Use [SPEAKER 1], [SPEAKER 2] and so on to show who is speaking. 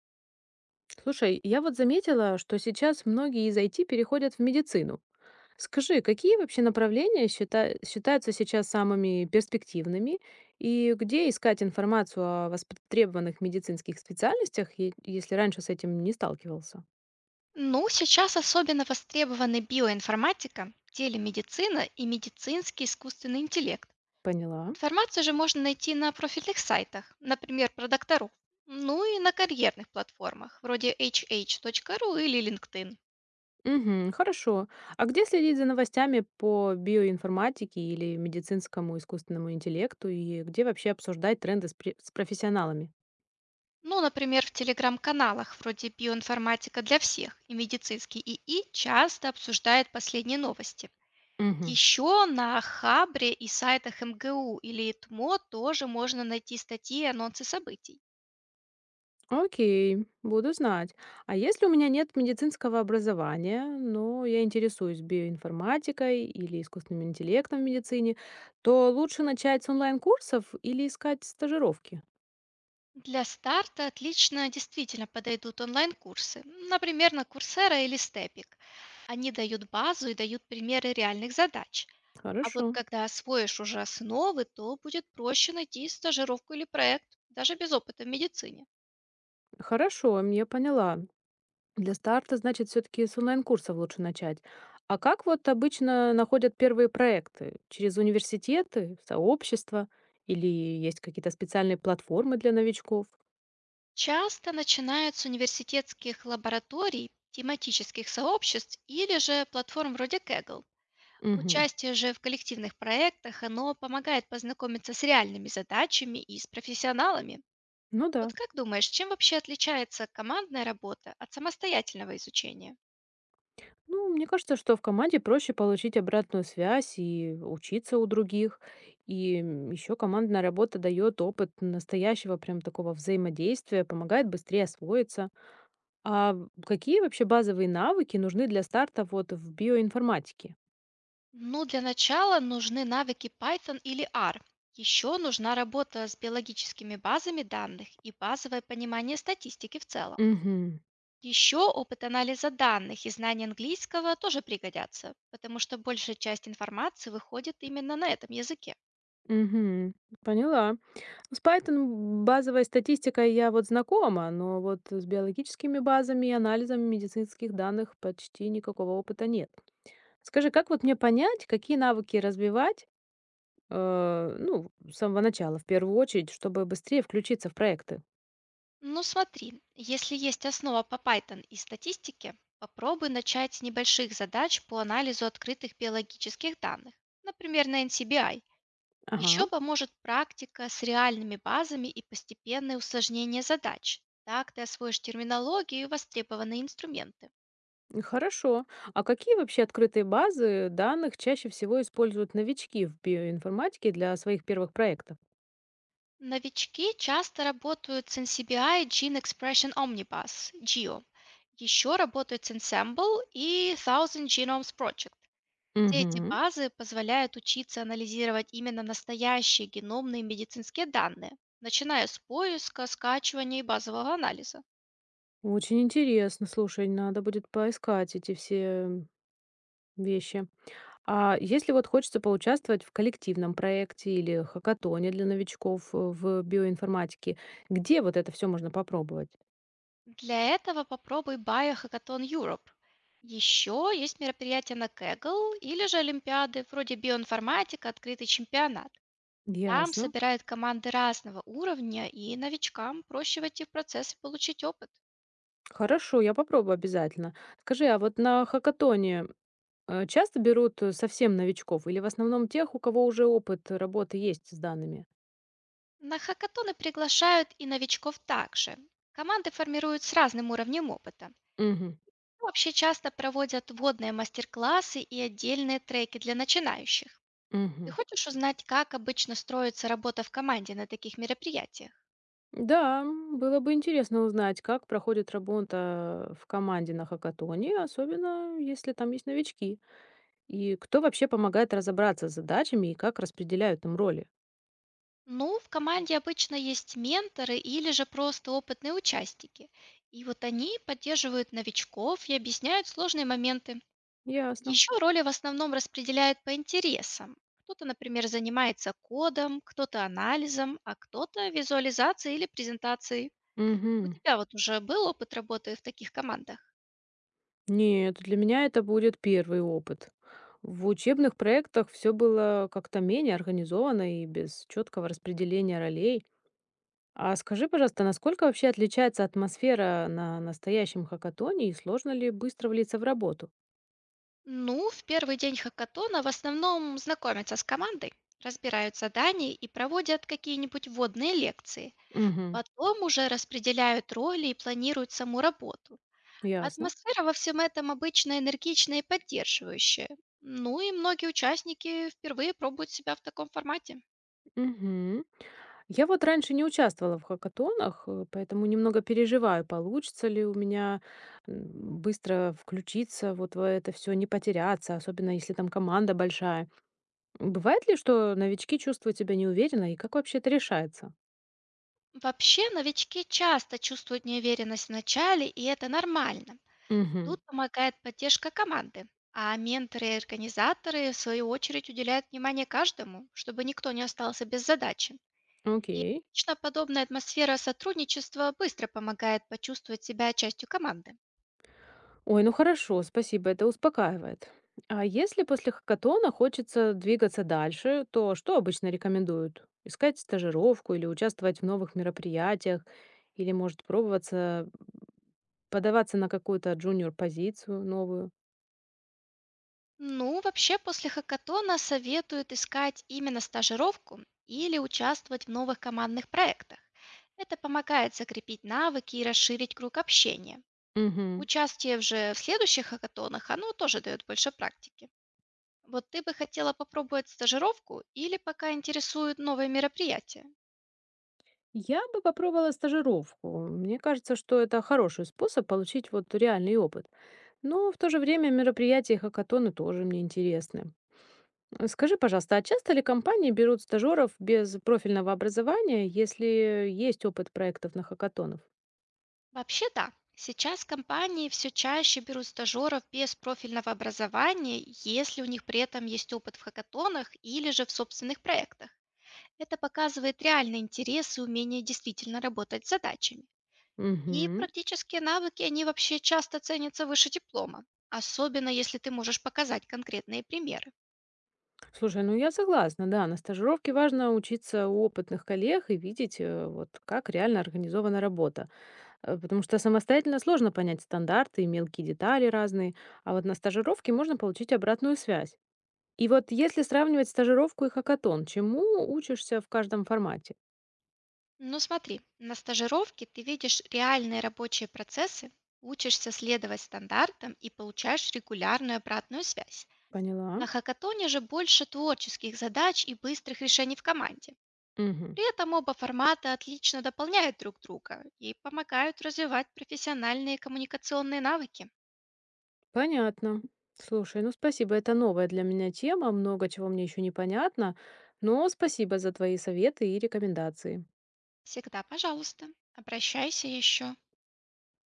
[SPEAKER 1] Слушай, я вот заметила, что сейчас многие из IT переходят в медицину. Скажи, какие вообще направления считаются сейчас самыми перспективными и где искать информацию о востребованных медицинских специальностях, если раньше с этим не сталкивался?
[SPEAKER 2] Ну, сейчас особенно востребованы биоинформатика, телемедицина и медицинский искусственный интеллект.
[SPEAKER 1] Поняла.
[SPEAKER 2] Информацию же можно найти на профильных сайтах, например, про докторов, ну и на карьерных платформах, вроде hh.ru или LinkedIn.
[SPEAKER 1] Угу, хорошо. А где следить за новостями по биоинформатике или медицинскому искусственному интеллекту и где вообще обсуждать тренды с профессионалами?
[SPEAKER 2] Ну, например, в телеграм-каналах вроде «Биоинформатика для всех» и «Медицинский ИИ» часто обсуждает последние новости.
[SPEAKER 1] Мгм.
[SPEAKER 2] Еще на Хабре и сайтах МГУ или ИТМО тоже можно найти статьи и анонсы событий.
[SPEAKER 1] Окей, буду знать. А если у меня нет медицинского образования, но я интересуюсь биоинформатикой или искусственным интеллектом в медицине, то лучше начать с онлайн-курсов или искать стажировки?
[SPEAKER 2] Для старта отлично действительно подойдут онлайн-курсы, например, на Coursera или Степик. Они дают базу и дают примеры реальных задач. А вот
[SPEAKER 1] Хорошо.
[SPEAKER 2] когда освоишь уже основы, то будет проще найти стажировку или проект, даже без опыта в медицине.
[SPEAKER 1] Хорошо, я поняла. Для старта, значит, все-таки с онлайн-курсов лучше начать. А как вот обычно находят первые проекты? Через университеты, сообщества или есть какие-то специальные платформы для новичков?
[SPEAKER 2] Часто начинают с университетских лабораторий, тематических сообществ или же платформ вроде Kaggle.
[SPEAKER 1] Угу.
[SPEAKER 2] Участие же в коллективных проектах, оно помогает познакомиться с реальными задачами и с профессионалами.
[SPEAKER 1] Ну да.
[SPEAKER 2] Вот как думаешь, чем вообще отличается командная работа от самостоятельного изучения?
[SPEAKER 1] Ну, мне кажется, что в команде проще получить обратную связь и учиться у других. И еще командная работа дает опыт настоящего прям такого взаимодействия, помогает быстрее освоиться. А какие вообще базовые навыки нужны для старта вот в биоинформатике?
[SPEAKER 2] Ну, для начала нужны навыки Python или R. Еще нужна работа с биологическими базами данных и базовое понимание статистики в целом.
[SPEAKER 1] Угу.
[SPEAKER 2] Еще опыт анализа данных и знания английского тоже пригодятся, потому что большая часть информации выходит именно на этом языке.
[SPEAKER 1] Угу, поняла. С Python базовой статистикой я вот знакома, но вот с биологическими базами и анализом медицинских данных почти никакого опыта нет. Скажи, как вот мне понять, какие навыки развивать, ну, с самого начала, в первую очередь, чтобы быстрее включиться в проекты?
[SPEAKER 2] Ну смотри, если есть основа по Python и статистике, попробуй начать с небольших задач по анализу открытых биологических данных, например, на NCBI.
[SPEAKER 1] Ага,
[SPEAKER 2] Еще поможет практика с реальными базами и постепенное усложнение задач. Так ты освоишь терминологию и востребованные инструменты.
[SPEAKER 1] хорошо. А какие вообще открытые базы данных чаще всего используют новички в биоинформатике для своих первых проектов?
[SPEAKER 2] Новички часто работают с NCBI Gene Expression Omnibus, GEO. Еще работают с Ensemble и Thousand Genomes Project. Все эти
[SPEAKER 1] Угу.
[SPEAKER 2] базы позволяют учиться анализировать именно настоящие геномные медицинские данные, начиная с поиска, скачивания и базового анализа.
[SPEAKER 1] Очень интересно. Слушай, надо будет поискать эти все вещи. А если вот хочется поучаствовать в коллективном проекте или хакатоне для новичков в биоинформатике, где вот это все можно попробовать?
[SPEAKER 2] Для этого попробуй Biohackathon Europe. Еще есть мероприятия на Kaggle или же Олимпиады вроде биоинформатика, открытый чемпионат. Там
[SPEAKER 1] Ясно.
[SPEAKER 2] собирают команды разного уровня, и новичкам проще войти в процесс и получить опыт.
[SPEAKER 1] Хорошо, я попробую обязательно. Скажи, а вот на хакатоне, часто берут, совсем новичков или в основном тех, у кого уже опыт работы есть с данными?
[SPEAKER 2] На хакатоны приглашают и новичков также. Команды формируют с разным уровнем опыта.
[SPEAKER 1] Мгм.
[SPEAKER 2] Ну, вообще часто проводят водные мастер-классы и отдельные треки для начинающих. Ты
[SPEAKER 1] Мгм.
[SPEAKER 2] хочешь узнать, как обычно строится работа в команде на таких мероприятиях?
[SPEAKER 1] Да, было бы интересно узнать, как проходит работа в команде на хакатоне, особенно если там есть новички. И кто вообще помогает разобраться с задачами и как распределяют им роли.
[SPEAKER 2] Ну, в команде обычно есть менторы или же просто опытные участники. И вот они поддерживают новичков и объясняют сложные моменты.
[SPEAKER 1] Ясно.
[SPEAKER 2] Еще роли в основном распределяют по интересам. Кто-то, например, занимается кодом, кто-то анализом, а кто-то визуализацией или презентацией. У
[SPEAKER 1] Мгм.
[SPEAKER 2] тебя вот уже был опыт работы в таких командах?
[SPEAKER 1] Нет, для меня это будет первый опыт. В учебных проектах все было как-то менее организовано и без четкого распределения ролей. А скажи, пожалуйста, насколько вообще отличается атмосфера на настоящем хакатоне и сложно ли быстро влиться в работу?
[SPEAKER 2] Ну, в первый день хакатона в основном знакомятся с командой, разбирают задания и проводят какие-нибудь вводные лекции.
[SPEAKER 1] Угу,
[SPEAKER 2] Потом уже распределяют роли и планируют саму работу.
[SPEAKER 1] ясно.
[SPEAKER 2] Атмосфера во всем этом обычно энергичная и поддерживающая. Ну и многие участники впервые пробуют себя в таком формате.
[SPEAKER 1] Угу. Я вот раньше не участвовала в хакатонах, поэтому немного переживаю, получится ли у меня быстро включиться вот в это все, не потеряться, особенно если там команда большая. Бывает ли, что новички чувствуют себя неуверенно, и как вообще это решается?
[SPEAKER 2] Вообще, новички часто чувствуют неуверенность в начале, и это нормально.
[SPEAKER 1] Угу.
[SPEAKER 2] Тут помогает поддержка команды, а менторы и организаторы, в свою очередь, уделяют внимание каждому, чтобы никто не остался без задачи. И
[SPEAKER 1] Окей.
[SPEAKER 2] обычно подобная атмосфера сотрудничества быстро помогает почувствовать себя частью команды.
[SPEAKER 1] Ой, ну хорошо, спасибо, это успокаивает. А если после хакатона хочется двигаться дальше, то что обычно рекомендуют? Искать стажировку или участвовать в новых мероприятиях, или, может, пробоваться подаваться на какую-то джуниор-позицию новую?
[SPEAKER 2] Ну, вообще, после хакатона советуют искать именно стажировку или участвовать в новых командных проектах. Это помогает закрепить навыки и расширить круг общения.
[SPEAKER 1] Угу.
[SPEAKER 2] Участие же в следующих хакатонах, оно тоже дает больше практики. Вот ты бы хотела попробовать стажировку или пока интересуют новые мероприятия?
[SPEAKER 1] Я бы попробовала стажировку. Мне кажется, что это хороший способ получить вот реальный опыт. Но в то же время мероприятия и хакатоны тоже мне интересны. Скажи, пожалуйста, а часто ли компании берут стажеров без профильного образования, если есть опыт проектов на хакатонах?
[SPEAKER 2] Вообще да. Сейчас компании все чаще берут стажеров без профильного образования, если у них при этом есть опыт в хакатонах или же в собственных проектах. Это показывает реальный интерес и умение действительно работать с задачами. И
[SPEAKER 1] Угу.
[SPEAKER 2] практические навыки, они вообще часто ценятся выше диплома, особенно если ты можешь показать конкретные примеры.
[SPEAKER 1] Слушай, ну я согласна, да, на стажировке важно учиться у опытных коллег и видеть, вот как реально организована работа. Потому что самостоятельно сложно понять стандарты и мелкие детали разные, а вот на стажировке можно получить обратную связь. И вот если сравнивать стажировку и хакатон, чему учишься в каждом формате?
[SPEAKER 2] Ну смотри, на стажировке ты видишь реальные рабочие процессы, учишься следовать стандартам и получаешь регулярную обратную связь.
[SPEAKER 1] Поняла.
[SPEAKER 2] На хакатоне же больше творческих задач и быстрых решений в команде.
[SPEAKER 1] Мгм.
[SPEAKER 2] При этом оба формата отлично дополняют друг друга и помогают развивать профессиональные коммуникационные навыки.
[SPEAKER 1] Понятно. Слушай, ну спасибо, это новая для меня тема, много чего мне еще не понятно, но спасибо за твои советы и рекомендации.
[SPEAKER 2] Всегда, пожалуйста, обращайся еще.